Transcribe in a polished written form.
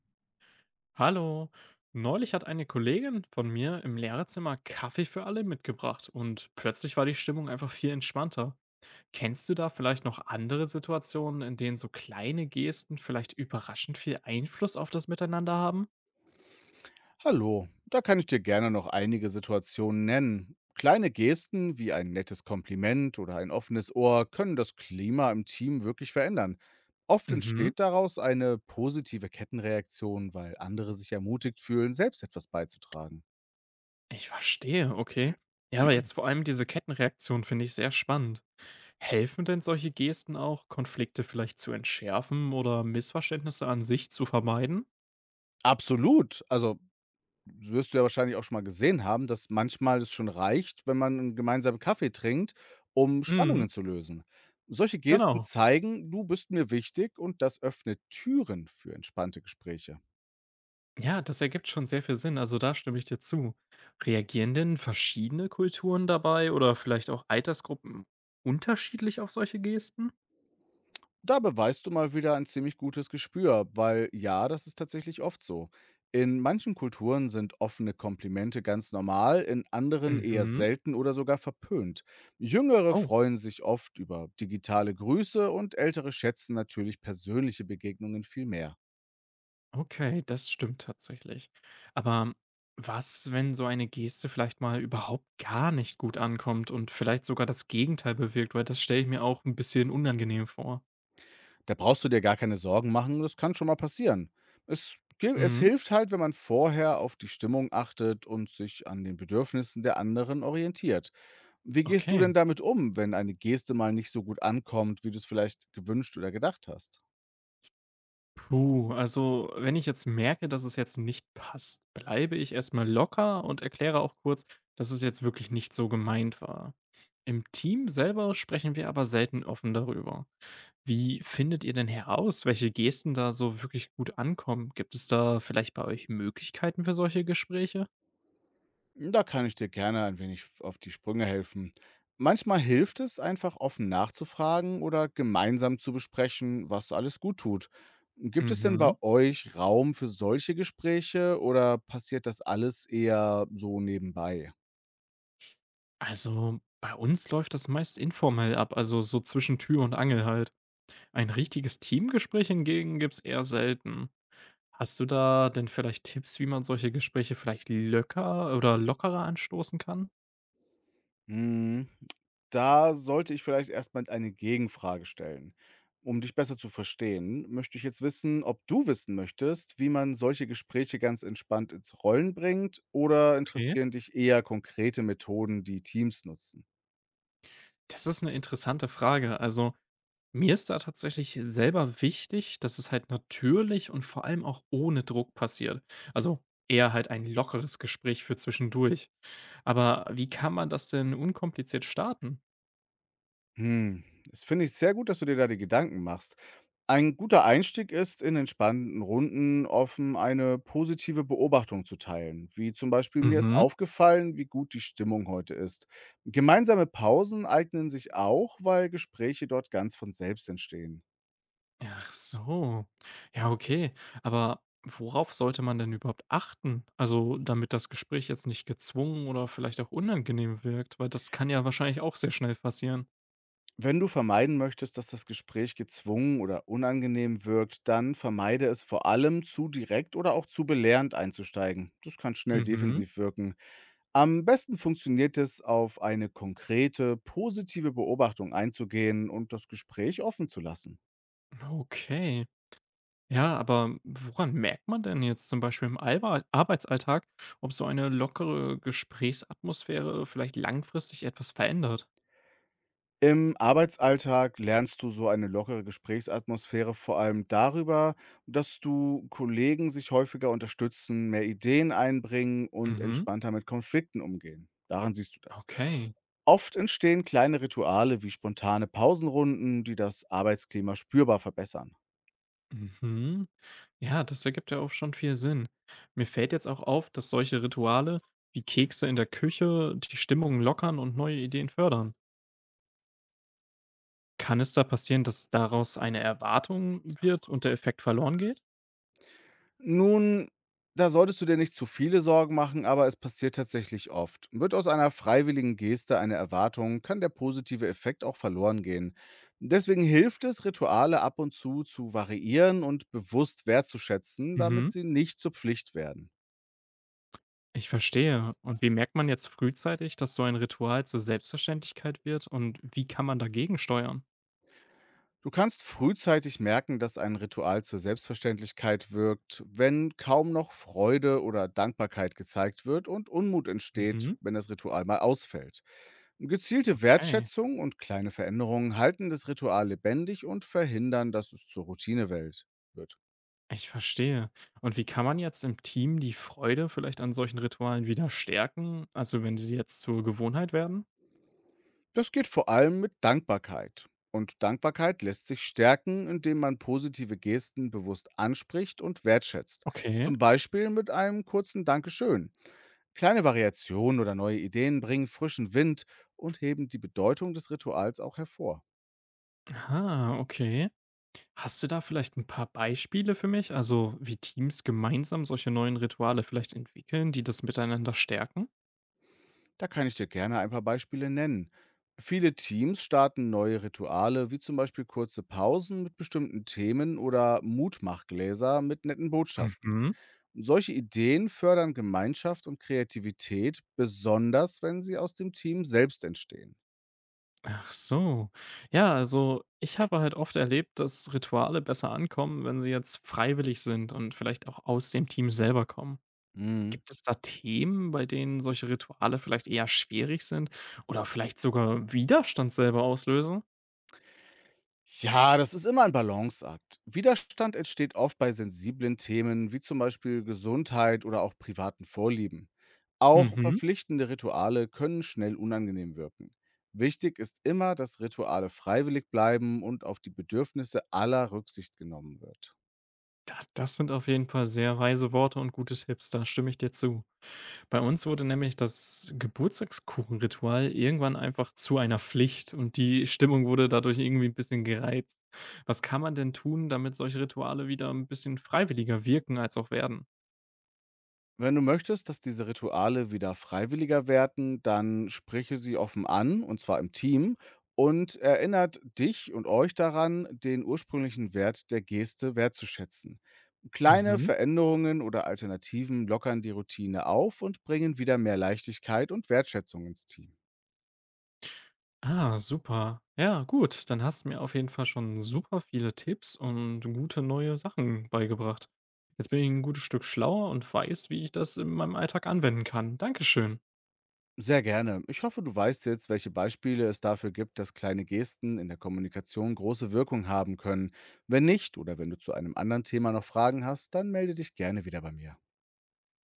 Hallo. Neulich hat eine Kollegin von mir im Lehrerzimmer Kaffee für alle mitgebracht und plötzlich war die Stimmung einfach viel entspannter. Kennst du da vielleicht noch andere Situationen, in denen so kleine Gesten vielleicht überraschend viel Einfluss auf das Miteinander haben? Hallo, da kann ich dir gerne noch einige Situationen nennen. Kleine Gesten wie ein nettes Kompliment oder ein offenes Ohr können das Klima im Team wirklich verändern. Oft Mhm, entsteht daraus eine positive Kettenreaktion, weil andere sich ermutigt fühlen, selbst etwas beizutragen. ich verstehe, okay. Ja, aber jetzt vor allem diese Kettenreaktion finde ich sehr spannend. Helfen denn solche Gesten auch, Konflikte vielleicht zu entschärfen oder Missverständnisse an sich zu vermeiden? Absolut. Also wirst du ja wahrscheinlich auch schon mal gesehen haben, dass manchmal es schon reicht, wenn man 'n gemeinsamen Kaffee trinkt, um Mhm, Spannungen zu lösen. Solche Gesten genau. zeigen: „Du bist mir wichtig“, und das öffnet Türen für entspannte Gespräche. Ja, das ergibt schon sehr viel Sinn, also da stimme ich dir zu. Reagieren denn verschiedene Kulturen dabei oder vielleicht auch Altersgruppen unterschiedlich auf solche Gesten? Da beweist du mal wieder ein ziemlich gutes Gespür, weil ja, das ist tatsächlich oft so. In manchen Kulturen sind offene Komplimente ganz normal, in anderen eher Mhm. selten oder sogar verpönt. Jüngere Oh, freuen sich oft über digitale Grüße und ältere schätzen natürlich persönliche Begegnungen viel mehr. okay, das stimmt tatsächlich. Aber was, wenn so eine Geste vielleicht mal überhaupt gar nicht gut ankommt und vielleicht sogar das Gegenteil bewirkt, weil das stelle ich mir auch ein bisschen unangenehm vor. Da brauchst du dir gar keine Sorgen machen, das kann schon mal passieren. Es Mhm. hilft halt, wenn man vorher auf die Stimmung achtet und sich an den Bedürfnissen der anderen orientiert. Wie gehst du Okay. denn damit um, wenn eine Geste mal nicht so gut ankommt, wie du es vielleicht gewünscht oder gedacht hast? Puh, also wenn ich jetzt merke, dass es jetzt nicht passt, bleibe ich erstmal locker und erkläre auch kurz, dass es jetzt wirklich nicht so gemeint war. Im Team selber sprechen wir aber selten offen darüber. Wie findet ihr denn heraus, welche Gesten da so wirklich gut ankommen? Gibt es da vielleicht bei euch Möglichkeiten für solche Gespräche? Hm, da kann ich dir gerne ein wenig auf die Sprünge helfen. Manchmal hilft es, einfach offen nachzufragen oder gemeinsam zu besprechen, was alles gut tut. Gibt es denn bei Mhm. euch Raum für solche Gespräche oder passiert das alles eher so nebenbei? Also bei uns läuft das meist informell ab, also so zwischen Tür und Angel halt. Ein richtiges Teamgespräch hingegen gibt es eher selten. Hast du da denn vielleicht Tipps, wie man solche Gespräche vielleicht löcker oder lockerer anstoßen kann? Hm, da sollte ich vielleicht erstmal eine Gegenfrage stellen. Um dich besser zu verstehen, möchte ich jetzt wissen, ob du wissen möchtest, wie man solche Gespräche ganz entspannt ins Rollen bringt, oder Okay. interessieren dich eher konkrete Methoden, die Teams nutzen? Das ist eine interessante Frage. Also, mir ist da tatsächlich selber wichtig, dass es halt natürlich und vor allem auch ohne Druck passiert. Also, eher halt ein lockeres Gespräch für zwischendurch. Aber wie kann man das denn unkompliziert starten? Hm, das finde ich sehr gut, dass du dir da die Gedanken machst. Ein guter Einstieg ist, in entspannten Runden offen eine positive Beobachtung zu teilen, wie zum Beispiel mir ist Mhm. aufgefallen, wie gut die Stimmung heute ist. Gemeinsame Pausen eignen sich auch, weil Gespräche dort ganz von selbst entstehen. Ach so. Ja, okay. Aber worauf sollte man denn überhaupt achten? Also, damit das Gespräch jetzt nicht gezwungen oder vielleicht auch unangenehm wirkt, weil das kann ja wahrscheinlich auch sehr schnell passieren. Wenn du vermeiden möchtest, dass das Gespräch gezwungen oder unangenehm wirkt, dann vermeide es vor allem zu direkt oder auch zu belehrend einzusteigen. Das kann schnell Mhm. defensiv wirken. Am besten funktioniert es, auf eine konkrete, positive Beobachtung einzugehen und das Gespräch offen zu lassen. Okay. Ja, aber woran merkt man denn jetzt zum Beispiel im Arbeitsalltag, ob so eine lockere Gesprächsatmosphäre vielleicht langfristig etwas verändert? Im Arbeitsalltag lernst du so eine lockere Gesprächsatmosphäre vor allem darüber, dass du Kollegen sich häufiger unterstützen, mehr Ideen einbringen und Mhm. entspannter mit Konflikten umgehen. Daran siehst du das. Okay. Oft entstehen kleine Rituale wie spontane Pausenrunden, die das Arbeitsklima spürbar verbessern. Mhm. Ja, das ergibt ja auch schon viel Sinn. Mir fällt jetzt auch auf, dass solche Rituale wie Kekse in der Küche die Stimmung lockern und neue Ideen fördern. Kann es da passieren, dass daraus eine Erwartung wird und der Effekt verloren geht? Nun, da solltest du dir nicht zu viele Sorgen machen, aber es passiert tatsächlich oft. Wird aus einer freiwilligen Geste eine Erwartung, kann der positive Effekt auch verloren gehen. Deswegen hilft es, Rituale ab und zu variieren und bewusst wertzuschätzen, damit Mhm. sie nicht zur Pflicht werden. Ich verstehe. Und wie merkt man jetzt frühzeitig, dass so ein Ritual zur Selbstverständlichkeit wird und wie kann man dagegen steuern? Du kannst frühzeitig merken, dass ein Ritual zur Selbstverständlichkeit wirkt, wenn kaum noch Freude oder Dankbarkeit gezeigt wird und Unmut entsteht, Mhm. wenn das Ritual mal ausfällt. Gezielte Okay. Wertschätzung und kleine Veränderungen halten das Ritual lebendig und verhindern, dass es zur Routine wird. Ich verstehe. Und wie kann man jetzt im Team die Freude vielleicht an solchen Ritualen wieder stärken? Also wenn sie jetzt zur Gewohnheit werden? Das geht vor allem mit Dankbarkeit. Und Dankbarkeit lässt sich stärken, indem man positive Gesten bewusst anspricht und wertschätzt. Okay. Zum Beispiel mit einem kurzen Dankeschön. Kleine Variationen oder neue Ideen bringen frischen Wind und heben die Bedeutung des Rituals auch hervor. Ah, okay. Hast du da vielleicht ein paar Beispiele für mich? Also, wie Teams gemeinsam solche neuen Rituale vielleicht entwickeln, die das Miteinander stärken? Da kann ich dir gerne ein paar Beispiele nennen. Viele Teams starten neue Rituale, wie zum Beispiel kurze Pausen mit bestimmten Themen oder Mutmachgläser mit netten Botschaften. Mhm. Solche Ideen fördern Gemeinschaft und Kreativität, besonders wenn sie aus dem Team selbst entstehen. Ach so. Ja, also, ich habe halt oft erlebt, dass Rituale besser ankommen, wenn sie jetzt freiwillig sind und vielleicht auch aus dem Team selber kommen. Mhm. Gibt es da Themen, bei denen solche Rituale vielleicht eher schwierig sind oder vielleicht sogar Widerstand selber auslösen? Ja, das ist immer ein Balanceakt. Widerstand entsteht oft bei sensiblen Themen wie zum Beispiel Gesundheit oder auch privaten Vorlieben. Auch Mhm. verpflichtende Rituale können schnell unangenehm wirken. Wichtig ist immer, dass Rituale freiwillig bleiben und auf die Bedürfnisse aller Rücksicht genommen wird. Das sind auf jeden Fall sehr weise Worte und gute Tipps, da stimme ich dir zu. Bei uns wurde nämlich das Geburtstagskuchenritual irgendwann einfach zu einer Pflicht und die Stimmung wurde dadurch irgendwie ein bisschen gereizt. Was kann man denn tun, damit solche Rituale wieder ein bisschen freiwilliger wirken als auch werden? Wenn du möchtest, dass diese Rituale wieder freiwilliger werden, dann spreche sie offen an, und zwar im Team, und erinnert dich und euch daran, den ursprünglichen Wert der Geste wertzuschätzen. Kleine Mhm. Veränderungen oder Alternativen lockern die Routine auf und bringen wieder mehr Leichtigkeit und Wertschätzung ins Team. Ah, super. Ja, gut, dann hast du mir auf jeden Fall schon super viele Tipps und gute neue Sachen beigebracht. Jetzt bin ich ein gutes Stück schlauer und weiß, wie ich das in meinem Alltag anwenden kann. Dankeschön. Sehr gerne. Ich hoffe, du weißt jetzt, welche Beispiele es dafür gibt, dass kleine Gesten in der Kommunikation große Wirkung haben können. Wenn nicht oder wenn du zu einem anderen Thema noch Fragen hast, dann melde dich gerne wieder bei mir.